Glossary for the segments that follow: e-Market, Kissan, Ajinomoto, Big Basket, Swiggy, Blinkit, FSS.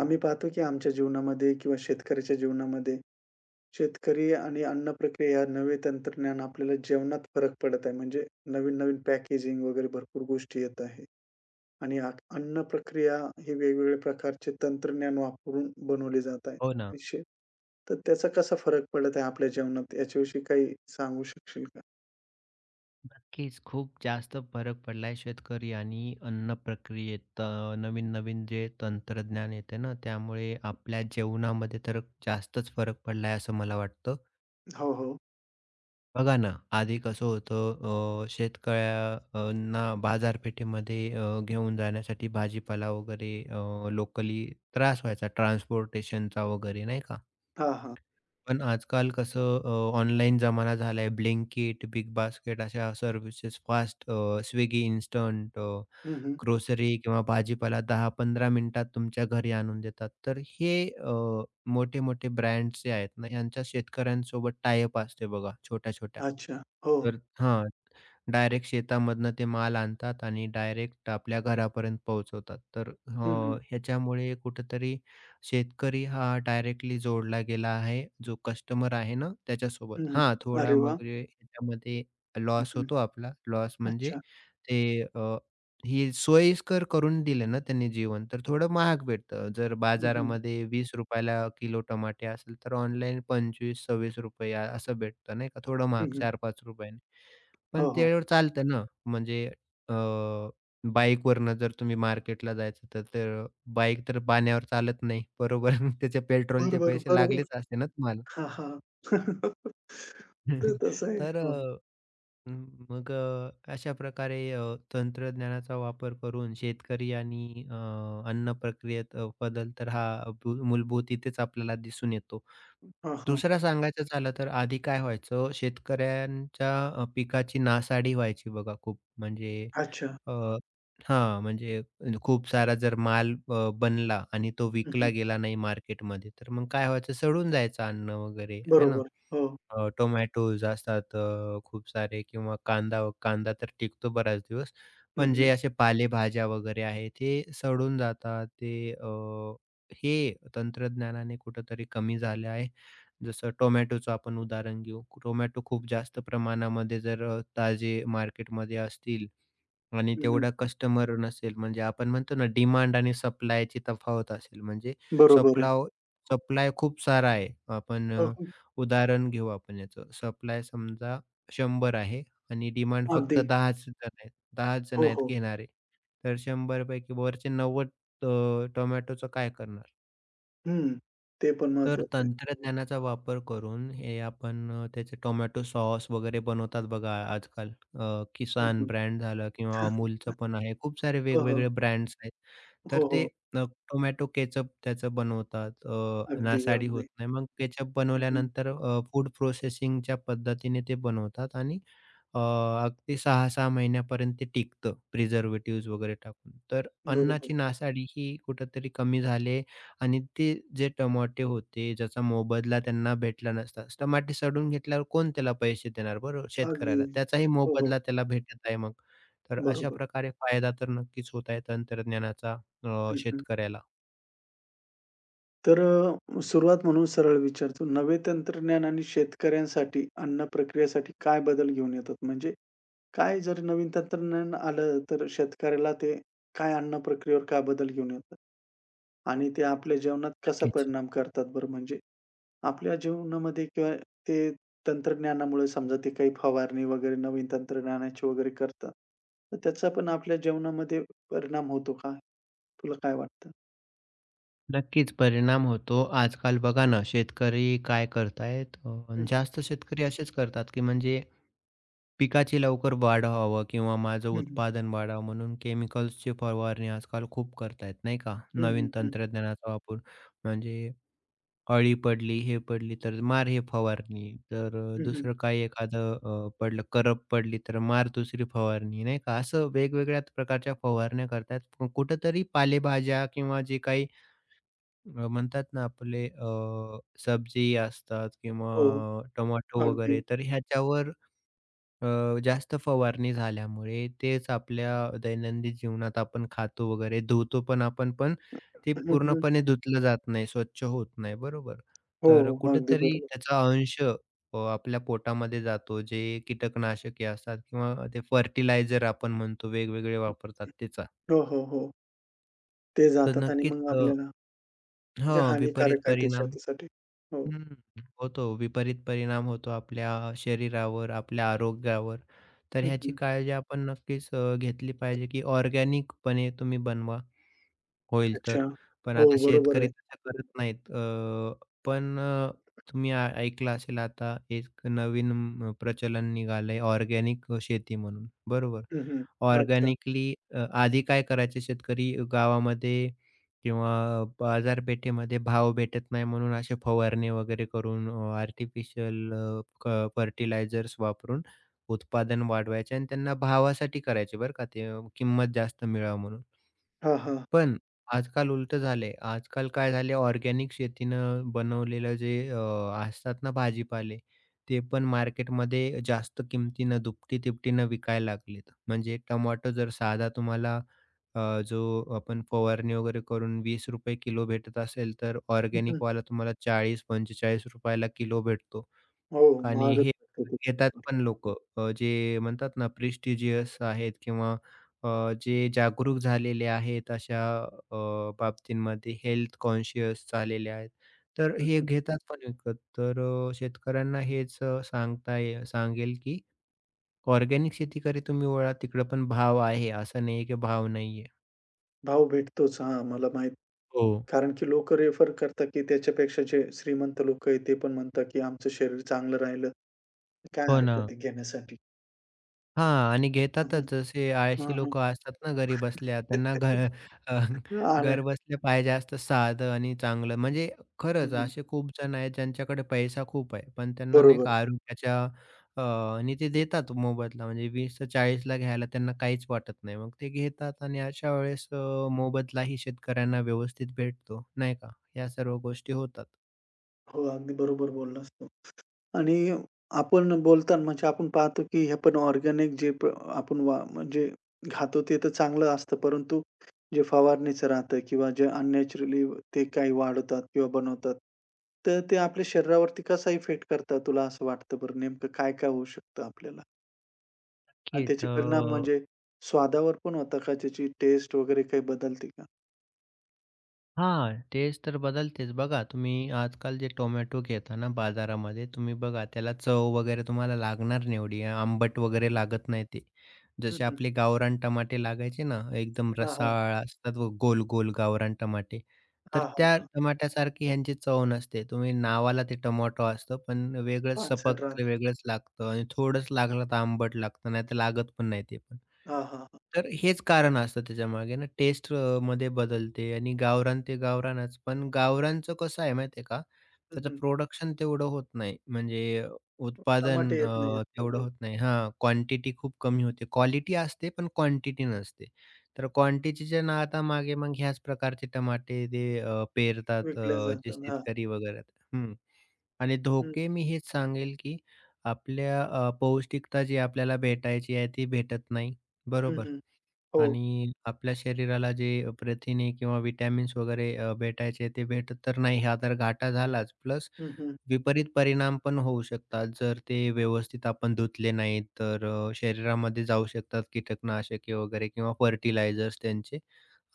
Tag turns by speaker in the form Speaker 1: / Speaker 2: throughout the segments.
Speaker 1: आम्ही पाहतो की आमच्या जीवनामध्ये किंवा शेतकऱ्याच्या जीवनामध्ये, शेतकरी आणि अन्न प्रक्रिया, या नवे तंत्रज्ञान आपल्याला जेवणात फरक पडत आहे. म्हणजे नवीन-नवीन पॅकेजिंग वगैरे भरपूर गोष्टी येत आहे. आणि अन्न प्रक्रिया हे वेगवेगळ्या प्रकारचे तंत्रज्ञान वापरून बनवले जात आहे.
Speaker 2: हो ना.
Speaker 1: असे तर त्याचा कसा फरक पडत आहे आपल्या जेवणात याच्याविषयी काही सांगू शकशील का?
Speaker 2: नक्कीच खूप जास्त फरक पडलाय शेतकरी आणि अन्न प्रक्रियेत. नवीन-नवीन जे तंत्रज्ञान येते ना, त्यामुळे आपल्या जेवणामध्ये तर जास्तच फरक पडलाय असं मला वाटतं.
Speaker 1: हो, हो.
Speaker 2: बघा ना, आधी कसं होतं, शेतकऱ्यांना बाजारपेठेमध्ये घेऊन जाण्यासाठी भाजीपाला वगैरे लोकली त्रास व्हायचा ट्रान्सपोर्टेशनचा वगैरे नाही का?
Speaker 1: हां, हां.
Speaker 2: पण आजकाल कसं, ऑनलाईन जमाना झालाय. ब्लिंकिट, बिग बास्केट, अशा सर्व्हिसेस फास्ट Swiggy इन्स्टंट
Speaker 1: हं, हं.
Speaker 2: ग्रोसरी किंवा भाजीपाला 10-15 मिनिटात तुमच्या घरी आणून देतात. तर हे, मोठे-मोठे ब्रँड्स जे आहेत ना, यांच्या शेतकऱ्यांसोबत टाय असते बघा छोट्या-छोट्या.
Speaker 1: अच्छा. हो.
Speaker 2: तर हां, डायरेक्ट शेतामधनं ते माल आणतात आणि डायरेक्ट आपल्या घरापर्यंत पोहोचवतात. तर
Speaker 1: हं, हं.
Speaker 2: ह्याच्यामुळे कुठेतरी शेतकरी हा डायरेक्टली जोडला गेला आहे, जो कस्टमर आहे ना त्याच्यासोबत.
Speaker 1: हं, हं.
Speaker 2: हां, थोडा
Speaker 1: अरे
Speaker 2: मग
Speaker 1: वाह!
Speaker 2: म्हणजे ह्याच्यामध्ये
Speaker 1: हं,
Speaker 2: लॉस
Speaker 1: हं.
Speaker 2: होतो आपला. लॉस म्हणजे
Speaker 1: अच्छा.
Speaker 2: ते, अ, ही सोयीस्कर करून दिले ना त्यांनी जीवन, तर थोडं महाग भेटतं. जर
Speaker 1: हं, हं.
Speaker 2: बाजारामध्ये ₹20 ला किलो टमाटे असेल, तर ऑनलाईन ₹25-26 असं भेटतं नाही का, थोडं
Speaker 1: हं,
Speaker 2: महाग
Speaker 1: हं.
Speaker 2: ₹4-5 ने. पण
Speaker 1: हो, हो.
Speaker 2: त्यावर चालतं ना, म्हणजे, अ, बाईकवरनं जर तुम्ही मार्केटला जायचं तर तर बाईक तर पाण्यावर चालत नाही, बरोबर? त्याचे पेट्रोलचे
Speaker 1: बरोबर,
Speaker 2: पैसे
Speaker 1: बरोबर.
Speaker 2: लागलेच असते ना तुम्हाला.
Speaker 1: हां, हां. तर तसं आहे.
Speaker 2: तर
Speaker 1: हां.
Speaker 2: अं, अशा प्रकारे, तंत्रज्ञानाचा वापर करून शेतकरी आणि, अन्न प्रक्रियेत, बदल तर हा मूलभूत इथेच आपल्याला दिसून येतो.
Speaker 1: हां, हां.
Speaker 2: दुसरा सांगायचं झालं तर आधी काय व्हायचं शेतकऱ्यांच्या, पिकाची नासाडी व्हायची बघा खूप म्हणजे,
Speaker 1: अच्छा.
Speaker 2: अ, हा म्हणजे खूप सारा जर माल बनला आणि तो
Speaker 1: हं,
Speaker 2: विकला
Speaker 1: हं.
Speaker 2: गेला नाही मार्केटमध्ये तर मग काय व्हायचं सडून जायचं अन्न वगैरे है ना.
Speaker 1: बरोबर. हो.
Speaker 2: टोमॅटोज असतात, खूप सारे किंवा कांदा. कांदा तर टिकतो बराच दिवस.
Speaker 1: हं,
Speaker 2: पण जे
Speaker 1: हं.
Speaker 2: असे पालेभाज्या वगैरे आहे ते सडून जातात. ते, हे तंत्रज्ञानाने कुठेतरी कमी झाले आहे. जसं टोमॅटोचं आपण उदाहरण घेऊ. टोमॅटो खूप जास्त प्रमाणामध्ये जर, ताजे मार्केटमध्ये असतील आणि
Speaker 1: हं, हं.
Speaker 2: तेवढा कस्टमर नसेल म्हणजे आपण म्हणतो ना डिमांड आणि सप्लायची तफावत असेल. म्हणजे
Speaker 1: बरोबर आहे.
Speaker 2: सप्लाव सप्लाय खूप सारा आहे. आपण
Speaker 1: हो, हो.
Speaker 2: उदाहरण घेऊ आपण याचं. सप्लाय समजा 100 आहे आणि डिमांड फक्त
Speaker 1: अगदी.
Speaker 2: 10च जण आहेत. 10च जण
Speaker 1: हो,
Speaker 2: आहेत
Speaker 1: हो.
Speaker 2: घेणारे. तर 100 पैकी वरचे 90, टोमॅटोचं काय करणार?
Speaker 1: हं. ते पण
Speaker 2: तर
Speaker 1: महत्वाचं आहे.
Speaker 2: तंत्रज्ञानाचा वापर करून हे आपण, त्याचे टोमॅटो सॉस वगैरे बनवतात बघा आजकाल.
Speaker 1: हं,
Speaker 2: किसान
Speaker 1: हं.
Speaker 2: ब्रँड झालं किंवा अमूलचं पण आहे. खूप सारे
Speaker 1: हो,
Speaker 2: वेगवेगळे
Speaker 1: हो.
Speaker 2: ब्रँड्स आहेत. तर
Speaker 1: हो,
Speaker 2: ते,
Speaker 1: हो.
Speaker 2: अ, टोमॅटो केचअप त्याचं बनवतात.
Speaker 1: अगदी,
Speaker 2: नासाडी होत
Speaker 1: अगदी.
Speaker 2: नाही. मग केचप
Speaker 1: हं, हं.
Speaker 2: बनवल्यानंतर, फूड प्रोसेसिंगच्या पद्धतीने ते बनवतात आणि, अ, अगदी 6-6 महिन्यापर्यंत ते टिकतं प्रिझर्व्हेटिव्हज वगैरे टाकून. तर
Speaker 1: बरोबर.
Speaker 2: अन्नाची नासाडी ही कुठेतरी कमी झाले आणि ते जे टमाटे होते, ज्याचा मोबदला त्यांना भेटला नसता. टमाटे सडून घेतल्यावर कोण त्याला पैसे देणार, बरोबर?
Speaker 1: अगदी.
Speaker 2: शेतकऱ्याला. त्याचाही
Speaker 1: हो, हो.
Speaker 2: मोबदला त्याला भेटत आहे मग. तर अशा
Speaker 1: बरोबर.
Speaker 2: प्रकारे फायदा तर नक्कीच होत आहे तंत्रज्ञानाचा,
Speaker 1: हं, हं.
Speaker 2: शेतकऱ्याला.
Speaker 1: तर सुरुवात म्हणून सरळ विचारतो, नवे तंत्रज्ञान आणि शेतकऱ्यांसाठी अन्न प्रक्रियेसाठी काय बदल घेऊन येतात? म्हणजे काय जर नवीन तंत्रज्ञान आलं, तर शेतकऱ्याला ते काय अन्न प्रक्रियेवर काय बदल घेऊन येतात? आणि ते आपल्या जीवनात कसा
Speaker 2: नक्कीच.
Speaker 1: परिणाम करतात बरं? म्हणजे आपल्या जीवनामध्ये किंवा ते तंत्रज्ञानामुळे समजा ते काही फवारणी वगैरे नवीन तंत्रज्ञानाची वगैरे करतात, तर त्याचा पण आपल्या जीवनामध्ये परिणाम होतो का? तुला काय वाटतं?
Speaker 2: नक्कीच परिणाम होतो. आजकाल बघा ना शेतकरी काय करतायत,
Speaker 1: हं, हं.
Speaker 2: जास्त शेतकरी असेच करतात, की म्हणजे पिकाची लवकर वाढ व्हावं किंवा माझं
Speaker 1: हं, हं.
Speaker 2: उत्पादन वाढावं म्हणून केमिकल्सची फवारणी आजकाल खूप करतायत नाही का?
Speaker 1: हं,
Speaker 2: नवीन
Speaker 1: हं, हं.
Speaker 2: तंत्रज्ञानाचा वापर, म्हणजे अळी पडली, हे पडली तर मार हे फवारणी. तर, दुसरं काही एखादं पडलं, करप पडली तर मार दुसरी फवारणी नाही का? असं वेगवेगळ्या प्रकारच्या फवारण्या करतात. पण कुठेतरी पालेभाज्या किंवा जे काही, म्हणतात ना आपले, सब्जी असतात किंवा
Speaker 1: हो.
Speaker 2: टोमॅटो वगैरे
Speaker 1: अगदी.
Speaker 2: तर ह्याच्यावर, जास्त फवारणी झाल्यामुळे तेच आपल्या दैनंदिन जीवनात आपण खातो वगैरे, धुतो पण आपण, पण ते
Speaker 1: हं, हं.
Speaker 2: पूर्णपणे धुतलं जात नाही, स्वच्छ होत नाही, बरोबर?
Speaker 1: हो,
Speaker 2: तर
Speaker 1: हो. अगदी
Speaker 2: कुठेतरी
Speaker 1: बरोबर.
Speaker 2: त्याचा अंश, आपल्या पोटामध्ये जातो, जे कीटकनाशके असतात किंवा ते फर्टिलायझर आपण म्हणतो, वेगवेगळे वापरतात त्याचा.
Speaker 1: हो, हो, हो. ते
Speaker 2: तर
Speaker 1: जातात आणि
Speaker 2: नक्कीच,
Speaker 1: मग आपल्याला म्हणजे
Speaker 2: हां, विपरीत
Speaker 1: हानिकारक आहे
Speaker 2: परिणाम,
Speaker 1: त्याच्यासाठी. हो.
Speaker 2: हं, होतो. विपरीत परिणाम होतो आपल्या शरीरावर, आपल्या आरोग्यावर. तर
Speaker 1: हं,
Speaker 2: ह्याची
Speaker 1: हं.
Speaker 2: काळजी आपण नक्कीच, घेतली पाहिजे, की ऑर्गॅनिकपणे तुम्ही बनवा होईल
Speaker 1: अच्छा.
Speaker 2: तर. पण
Speaker 1: हो,
Speaker 2: आता
Speaker 1: बरोबर
Speaker 2: शेतकरी
Speaker 1: आहे.
Speaker 2: तसं करत नाहीत. पण अ, तुम्ही ऐकलं असेल आता एक नवीन, प्रचलन निघालंय ऑर्गॅनिक शेती म्हणून, बरोबर?
Speaker 1: हं, हं. अच्छा.
Speaker 2: ऑर्गॅनिकली, आधी काय करायचे शेतकरी गावामध्ये किंवा बाजारपेठेमध्ये भाव भेटत नाही म्हणून असे फवारणी वगैरे करून, आर्टिफिशियल, अ, क फर्टिलायझर्स वापरून उत्पादन वाढवायचे आणि त्यांना भावासाठी करायचे बरं का ते, किंमत जास्त मिळावं म्हणून.
Speaker 1: हां, हां.
Speaker 2: पण आजकाल उलटं झालंय. आजकाल काय झालंय ऑर्गॅनिक शेतीनं बनवलेलं जे, असतात ना भाजीपाले, ते पण मार्केटमध्ये जास्त किमतीनं दुपटी-तिपटीनं विकायला लागलेत. म्हणजे टोमॅटो जर साधा तुम्हाला, अ, जो आपण फवारणी वगैरे करून ₹20 किलो भेटत असेल, तर
Speaker 1: हं, हं.
Speaker 2: ऑर्गॅनिकवाला तुम्हाला ₹40-45 ला किलो भेटतो.
Speaker 1: हो,
Speaker 2: आणि
Speaker 1: महागच
Speaker 2: हे
Speaker 1: भेटतो ते.
Speaker 2: घेतात पण लोकं, जे म्हणतात ना प्रेस्टिजियस आहेत किंवा, अ, जे जागरूक झालेले आहेत अशा, अ, बाबतींमध्ये हेल्थ कॉन्शियस झालेले आहेत. तर
Speaker 1: हं,
Speaker 2: हे
Speaker 1: हं.
Speaker 2: घेतात पण विकत. तर, शेतकऱ्यांना हेच, अ, सांगता ये सांगेल की ऑर्गॅनिक शेतीकडे तुम्ही वळा, तिकडे पण भाव आहे. असं नाही आहे की भाव नाहीये.
Speaker 1: भाव भेटतोच. हां, मला माहीत.
Speaker 2: हो.
Speaker 1: कारण की लोकं रेफर करतात, की त्याच्यापेक्षा जे श्रीमंत लोकं आहेत, ते पण म्हणतात, की आमचं शरीर चांगलं राहिलं, काय
Speaker 2: हो
Speaker 1: हरकत
Speaker 2: ना.
Speaker 1: आहे घेण्यासाठी.
Speaker 2: हां, आणि
Speaker 1: हं,
Speaker 2: घेतातच.
Speaker 1: हं.
Speaker 2: जसे
Speaker 1: हां,
Speaker 2: आळशी
Speaker 1: हां.
Speaker 2: लोकं असतात ना घरी बसल्या, अ,
Speaker 1: हां, हां.
Speaker 2: घर बसल्या पाहिजे असतं साधं आणि चांगलं. म्हणजे
Speaker 1: हं,
Speaker 2: खरंच
Speaker 1: हं.
Speaker 2: असे खूप जण आहेत ज्यांच्याकडे पैसा खूप आहे, पण त्यांना नाही
Speaker 1: बरोबर.
Speaker 2: का आरोग्याच्या, आणि ते देतात मोबदला. म्हणजे 20-40ला घ्यायला त्यांना काहीच वाटत नाही. मग ते घेतात आणि अशा वेळेस, मोबदलाही शेतकऱ्यांना व्यवस्थित भेटतो, नाही का? या सर्व गोष्टी होतात.
Speaker 1: हो, अगदी बरोबर बोललास तू. आणि आपण बोलताना म्हणजे आपण पाहतो, की हे पण ऑर्गॅनिक जे प आपण वा म्हणजे खातो ते तर चांगलं असतं. परंतु जे फवारणीचं राहतं किंवा जे अननॅचरली ते काही वाढवतात किंवा बनवतात, तर ते आपल्या शरीरावरती कसा इफेक्ट करतात तुला असं वाटतं बरं? नेमकं काय-काय होऊ शकतं आपल्याला? आणि
Speaker 2: नक्कीच.
Speaker 1: त्याचे परिणाम म्हणजे स्वादावर पण होता का? त्याची टेस्ट वगैरे काही बदलते का?
Speaker 2: हां, टेस्ट तर बदलतेच. बघा तुम्ही आजकाल जे टोमॅटो घेता ना बाजारामध्ये, तुम्ही बघा त्याला चव वगैरे तुम्हाला लागणार नाही एवढी, आंबट वगैरे लागत नाही ते.
Speaker 1: हं,
Speaker 2: जसे
Speaker 1: हं.
Speaker 2: आपले गावरान टमाटे लागायचे ना, एकदम
Speaker 1: हां, हां.
Speaker 2: रसाळ असतात बघ गोल-गोल गावरान टमाटे, तर
Speaker 1: हां, हां,
Speaker 2: त्या
Speaker 1: हां.
Speaker 2: टमाट्यासारखी ह्यांची चव नसते. तुम्ही नावाला ते टोमॅटो असतं, पण वेगळंच
Speaker 1: पानसट
Speaker 2: सपक
Speaker 1: राहतं.
Speaker 2: वेगळंच लागतं आणि थोडंच लागलं तर आंबट लागतं, नाहीतर लागत पण नाही ते पण.
Speaker 1: हां, हां, हां.
Speaker 2: तर हेच कारण असतं त्याच्यामागे ना, टेस्ट मध्ये बदलते आणि गावरान ते गावरानच. पण गावरानचं कसं आहे माहिती आहे का,
Speaker 1: हं,
Speaker 2: त्याचं
Speaker 1: हं.
Speaker 2: प्रोडक्शन तेवढं होत नाही. म्हणजे, उत्पादन
Speaker 1: टमाटे येत नाहीत
Speaker 2: तेवढं
Speaker 1: तेवढे.
Speaker 2: होत नाही हां, क्वांटिटी खूप कमी होते. क्वालिटी असते, पण क्वांटिटी नसते. तर क्वांटिटीच्या नादामागे मग ह्याच प्रकारचे टमाटे ते, पेरतात,
Speaker 1: विकल्या
Speaker 2: जे
Speaker 1: जातात. हां.
Speaker 2: शेतकरी वगैरे आहेत. हं. आणि
Speaker 1: हं,
Speaker 2: धोके मी हेच सांगेल, की आपल्या, पौष्टिकता जी आपल्याला भेटायची आहे ती भेटत नाही,
Speaker 1: हं,
Speaker 2: बरोबर?
Speaker 1: हं. हो.
Speaker 2: आणि आपल्या शरीराला जे प्रथिने किंवा विटॅमिन्स वगैरे, भेटायचे ते भेटत तर नाही. हा तर घाटा झालाच. प्लस
Speaker 1: हं, हं.
Speaker 2: विपरीत परिणाम पण होऊ शकतात. जर ते व्यवस्थित आपण धुतले नाहीत तर, शरीरामध्ये जाऊ शकतात कीटकनाशके वगैरे किंवा फर्टिलायझर्स त्यांचे.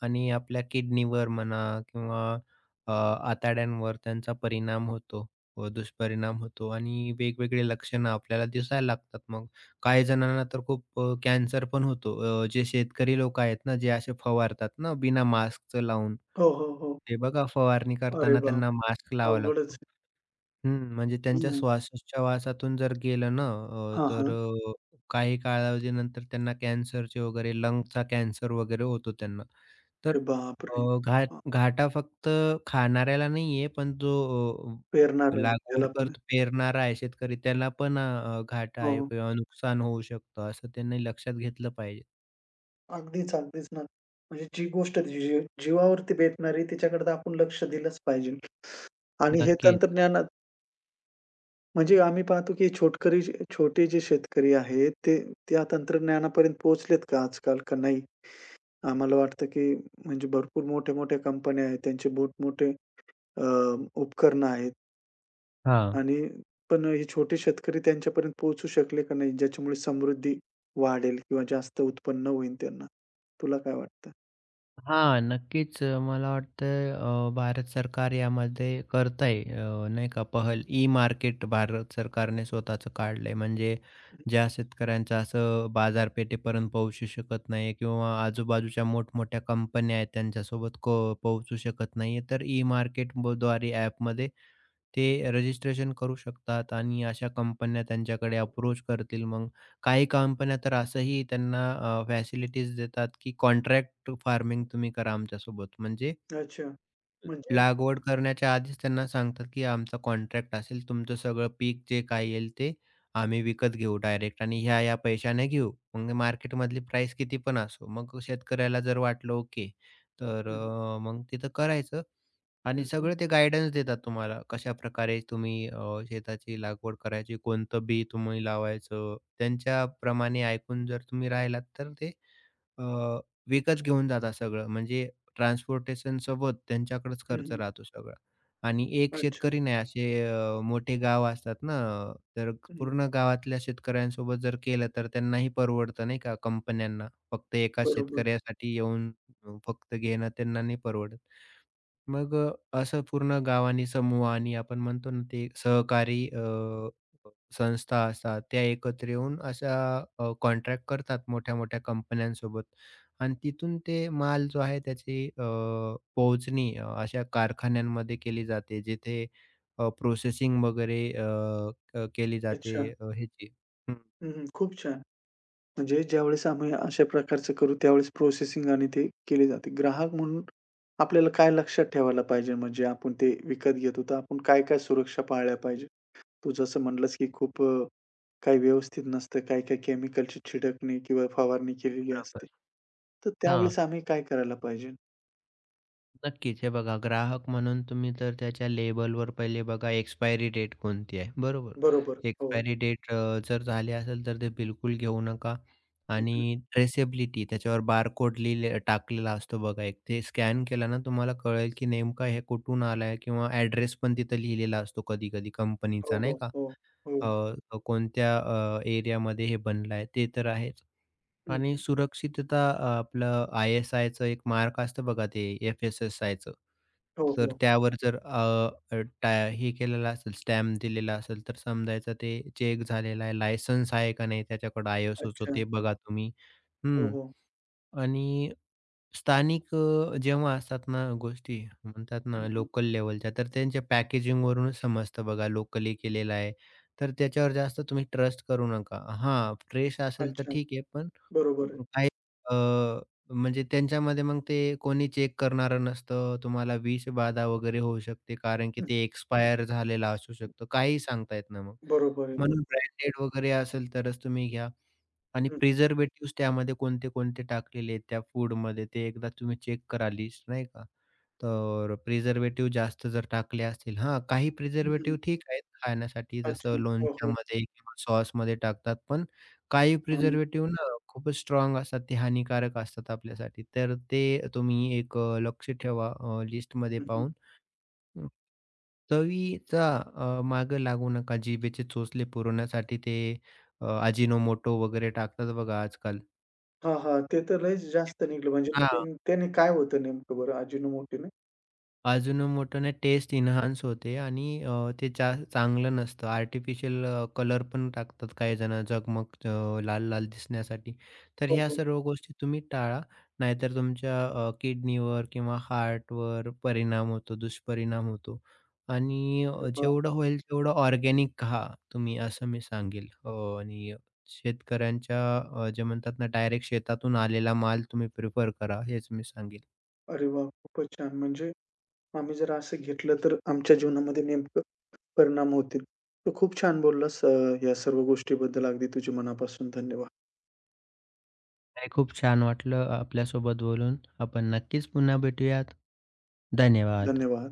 Speaker 2: आणि आपल्या किडनीवर म्हणा किंवा, अ, आतड्यांवर त्यांचा परिणाम होतो व दुष्परिणाम होतो आणि वेगवेगळे लक्षणं आपल्याला दिसायला लागतात. मग काही जणांना तर खूप कॅन्सर पण होतो. जे शेतकरी लोकं आहेत ना, जे असे फवारतात ना बिना मास्कचं लावून.
Speaker 1: हो, हो, हो.
Speaker 2: हे बघा फवारणी
Speaker 1: अरे
Speaker 2: करताना
Speaker 1: बाप!
Speaker 2: त्यांना मास्क लावावा
Speaker 1: अवघडच
Speaker 2: लागतो.
Speaker 1: आहे.
Speaker 2: हं, म्हणजे त्यांच्या
Speaker 1: हं.
Speaker 2: श्वासोच्छवासातून जर गेलं ना,
Speaker 1: हां, हां.
Speaker 2: काही कालावधीनंतर त्यांना कॅन्सरचे वगैरे लंगचा कॅन्सर वगैरे होतो त्यांना. तर,
Speaker 1: अरे बापरे!
Speaker 2: अ, घाट
Speaker 1: हां,
Speaker 2: घाटा फक्त खाणाऱ्याला नाहीये, पण जो,
Speaker 1: पेरणार आहे त्याला
Speaker 2: लागवड
Speaker 1: पण.
Speaker 2: करतो पेरणारा आहे शेतकरी त्याला पण, घाटा
Speaker 1: हो,
Speaker 2: आहे
Speaker 1: हो.
Speaker 2: किंवा नुकसान होऊ शकतं, असं त्यांनी लक्षात घेतलं पाहिजे.
Speaker 1: अगदीच, अगदीच ना. म्हणजे जी गोष्ट जी जीवावरती बेतणारी तिच्याकडे तर आपण लक्ष दिलंच पाहिजे. आणि हे
Speaker 2: नक्कीच.
Speaker 1: तंत्रज्ञानात म्हणजे आम्ही पाहतो की छोटकरी छोटे जे शेतकरी आहेत ते त्या तंत्रज्ञानापर्यंत पोहोचलेत का आजकाल का नाही? आम्हाला वाटतं की म्हणजे भरपूर मोठ्या-मोठ्या कंपन्या आहेत त्यांचे मोठमोठे अ, उपकरणं आहेत
Speaker 2: हां.
Speaker 1: आणि पण हे छोटे शेतकरी त्यांच्यापर्यंत पोहोचू शकले का नाही, ज्याच्यामुळे समृद्धी वाढेल किंवा जास्त उत्पन्न होईल त्यांना. तुला काय वाटतं?
Speaker 2: हां, नक्कीच. मला वाटतं, भारत सरकार यामध्ये करत आहे, नाही का पहल. ई-मार्केट भारत सरकारने स्वतःचं काढलं आहे. म्हणजे ज्या शेतकऱ्यांचं असं बाजारपेठेपर्यंत पोहोचू शकत नाही किंवा आजूबाजूच्या मोठमोठ्या कंपन्या आहेत त्यांच्यासोबत पोहोचू शकत नाही आहे, तर ई-मार्केटद्वारे ॲपमध्ये ते रजिस्ट्रेशन करू शकतात आणि अशा कंपन्या त्यांच्याकडे अप्रोच करतील. मग काही कंपन्या तर असंही त्यांना, फॅसिलिटीज देतात, की कॉन्ट्रॅक्ट फार्मिंग तुम्ही करा आमच्यासोबत. म्हणजे
Speaker 1: हं, अच्छा. म्हणजे
Speaker 2: लागवड करण्याच्या आधीच त्यांना सांगतात, की आमचा कॉन्ट्रॅक्ट असेल, तुमचं सगळं पीक जे काही येईल ते आम्ही विकत घेऊ डायरेक्ट आणि या पैशाने घेऊ. मग मार्केटमधली प्राईस किती पण असो. मग शेतकऱ्याला जर वाटलं ओके, तर,
Speaker 1: हं,
Speaker 2: मग तिथं करायचं
Speaker 1: हं,
Speaker 2: आणि
Speaker 1: हं,
Speaker 2: सगळं ते गाईडन्स देतात तुम्हाला. कशाप्रकारे तुम्ही, शेताची लागवड करायची, कोणतं बी तुम्ही लावायचं, त्यांच्याप्रमाणे ऐकून जर तुम्ही राहिलात तर ते, अ, विकत घेऊन जातात सगळं म्हणजे ट्रान्सपोर्टेशनसोबत त्यांच्याकडेच
Speaker 1: हं,
Speaker 2: खर्च
Speaker 1: हं.
Speaker 2: राहतो सगळा. आणि एक
Speaker 1: अच्छा.
Speaker 2: शेतकरी नाही, असे, मोठे गाव असतात ना, तर
Speaker 1: हं,
Speaker 2: पूर्ण गावातल्या शेतकऱ्यांसोबत जर केलं तर त्यांनाही परवडतं नाही का कंपन्यांना. फक्त एका
Speaker 1: बरोबर.
Speaker 2: शेतकऱ्यासाठी येऊन, फक्त घेणं त्यांना नाही परवडत. मग, असं पूर्ण गावानी, समूहानी आपण म्हणतो ना, ते सहकारी, संस्था असतात, त्या एकत्र येऊन अशा, कॉन्ट्रॅक्ट करतात मोठ्या-मोठ्या कंपन्यांसोबत आणि तिथून ते माल जो आहे त्याची, पोहोचणी अशा कारखान्यांमध्ये केली जाते, जिथे प्रोसेसिंग वगैरे, अ, अ, केली जाते,
Speaker 1: अच्छा.
Speaker 2: ह्याची. हं,
Speaker 1: हं, हं. खूप छान. म्हणजे ज्यावेळेस आम्ही अशा प्रकारचं करू, त्यावेळेस प्रोसेसिंग आणि ते केले जाते. ग्राहक म्हणून आपल्याला काय लक्षात ठेवायला पाहिजे, म्हणजे आपण ते विकत घेतो, तर आपण काय-काय सुरक्षा पाळल्या पाहिजे? तू जसं म्हणलंस, की खूप काही व्यवस्थित नसतं, काही-काही केमिकलची छिडकणी किंवा फवारणी केलेली
Speaker 2: बरोबर.
Speaker 1: असते. तर
Speaker 2: हां.
Speaker 1: त्यावेळेस आम्ही काय करायला पाहिजे?
Speaker 2: नक्कीच. हे बघा ग्राहक म्हणून तुम्ही तर त्याच्या लेबलवर पहिले बघा एक्सपायरी डेट कोणती आहे, बरोबर?
Speaker 1: बरोबर. हो.
Speaker 2: एक्सपायरी डेट, जर झाली असेल तर ते बिलकुल घेऊ नका
Speaker 1: हं, हं.
Speaker 2: आणि ट्रेसेबिलिटी, त्याच्यावर बारकोड लिहिले टाकलेला असतो बघा एक. ते स्कॅन केला ना तुम्हाला कळेल की नेमका हे कुठून आलाय किंवा ॲड्रेस पण तिथं लिहिलेला असतो कधी-कधी
Speaker 1: हो,
Speaker 2: कंपनीचा नाही
Speaker 1: हो,
Speaker 2: का?
Speaker 1: हो, हो.
Speaker 2: कोणत्या, एरियामध्ये हे बनलं आहे ते तर आहेच.
Speaker 1: हं,
Speaker 2: आणि
Speaker 1: हं.
Speaker 2: सुरक्षितता, आपलं आय-एस-आयचं एक मार्क असतं बघा, ते एफ एस एस,
Speaker 1: हो,
Speaker 2: तर
Speaker 1: हो.
Speaker 2: त्यावर जर, अ, अ, टा हे केलेला असेल, स्टॅम्प दिलेला असेल, तर समजायचं ते चेक झालेला आहे. लायसन्स आहे का नाही त्याच्याकडे आय-एसओचं
Speaker 1: अच्छा.
Speaker 2: ते बघा तुम्ही.
Speaker 1: हो,
Speaker 2: हं.
Speaker 1: हो.
Speaker 2: आणि स्थानिक, जेव्हा असतात ना गोष्टी, म्हणतात
Speaker 1: हं,
Speaker 2: ना
Speaker 1: हं.
Speaker 2: लोकल लेव्हलच्या, तर त्यांच्या पॅकेजिंगवरूनच समजतं बघा लोकली केलेलं आहे. तर त्याच्यावर जास्त तुम्ही ट्रस्ट करू नका. हां, फ्रेश असेल तर
Speaker 1: अच्छा.
Speaker 2: ठीक आहे, पण
Speaker 1: बरोबर आहे.
Speaker 2: काही, अ, म्हणजे त्यांच्यामध्ये मग ते कोणी चेक करणारं नसतं. तुम्हाला विषबाधा वगैरे होऊ शकते, कारण की
Speaker 1: हं,
Speaker 2: ते एक्सपायर झालेला असू
Speaker 1: हं.
Speaker 2: शकतो. काहीही सांगता येत नाही मग.
Speaker 1: बरोबर आहे,
Speaker 2: म्हणून
Speaker 1: बरोबर.
Speaker 2: ब्रँडेड वगैरे असेल तरच तुम्ही घ्या आणि
Speaker 1: हं,
Speaker 2: प्रिझर्व्हेटिव्हज त्यामध्ये कोणते-कोणते टाकलेले आहेत त्या फूडमध्ये ते एकदा तुम्ही चेक करा लिस्ट नाही का? तर प्रिझर्व्हेटिव्ह जास्त जर टाकले असतील, हां, काही
Speaker 1: हं, हं.
Speaker 2: प्रिझर्व्हेटिव्ह ठीक आहेत खाण्यासाठी जसं
Speaker 1: अच्छा. हो, हो.
Speaker 2: लोणच्यामध्ये किंवा सॉसमध्ये टाकतात, पण काही
Speaker 1: हं,
Speaker 2: प्रिझर्व्हेटिव्ह ना खूपच स्ट्राँग असतात, ते हानिकारक असतात आपल्यासाठी. तर ते तुम्ही एक, लक्ष ठेवा, लिस्टमध्ये
Speaker 1: हं, हं.
Speaker 2: पाहून. हं. चवीचा, मागे लागू नका. जिभेचे चोचले पुरवण्यासाठी ते, अजिनोमोटो वगैरे टाकतात बघा आजकाल.
Speaker 1: हां, हां. ते तर लयच जास्त निघलं म्हणजे
Speaker 2: हां.
Speaker 1: त्याने त्याने काय होतं नेमकं बरं अजिनोमोटोने?
Speaker 2: अजून मोठ्याने टेस्ट एन्हान्स होते आणि, ते जा चांगलं नसतं. आर्टिफिशियल, कलर पण टाकतात काही जण झगमग, लाल-लाल दिसण्यासाठी. तर
Speaker 1: हो,
Speaker 2: ह्या
Speaker 1: हो.
Speaker 2: सर्व गोष्टी तुम्ही टाळा. नाहीतर तुमच्या, किडनीवर किंवा हार्टवर परिणाम होतो, दुष्परिणाम होतो. आणि,
Speaker 1: अरे वाह!
Speaker 2: जेवढं होईल तेवढं ऑर्गॅनिक खा तुम्ही, असं मी सांगेल. आणि शेतकऱ्यांच्या, जे म्हणतात ना डायरेक्ट शेतातून आलेला माल तुम्ही प्रिफर करा, हेच मी सांगेल.
Speaker 1: अरे वाह! खूपच छान. म्हणजे आम्ही जर असं घेतलं तर आमच्या जीवनामध्ये नेमकं परिणाम होतील. तू खूप छान बोललास या सर्व गोष्टीबद्दल अगदी तुझ्या मनापासून धन्यवाद.
Speaker 2: नाही, खूप छान वाटलं आपल्यासोबत बोलून. आपण नक्कीच पुन्हा भेटूयात. धन्यवाद.
Speaker 1: धन्यवाद.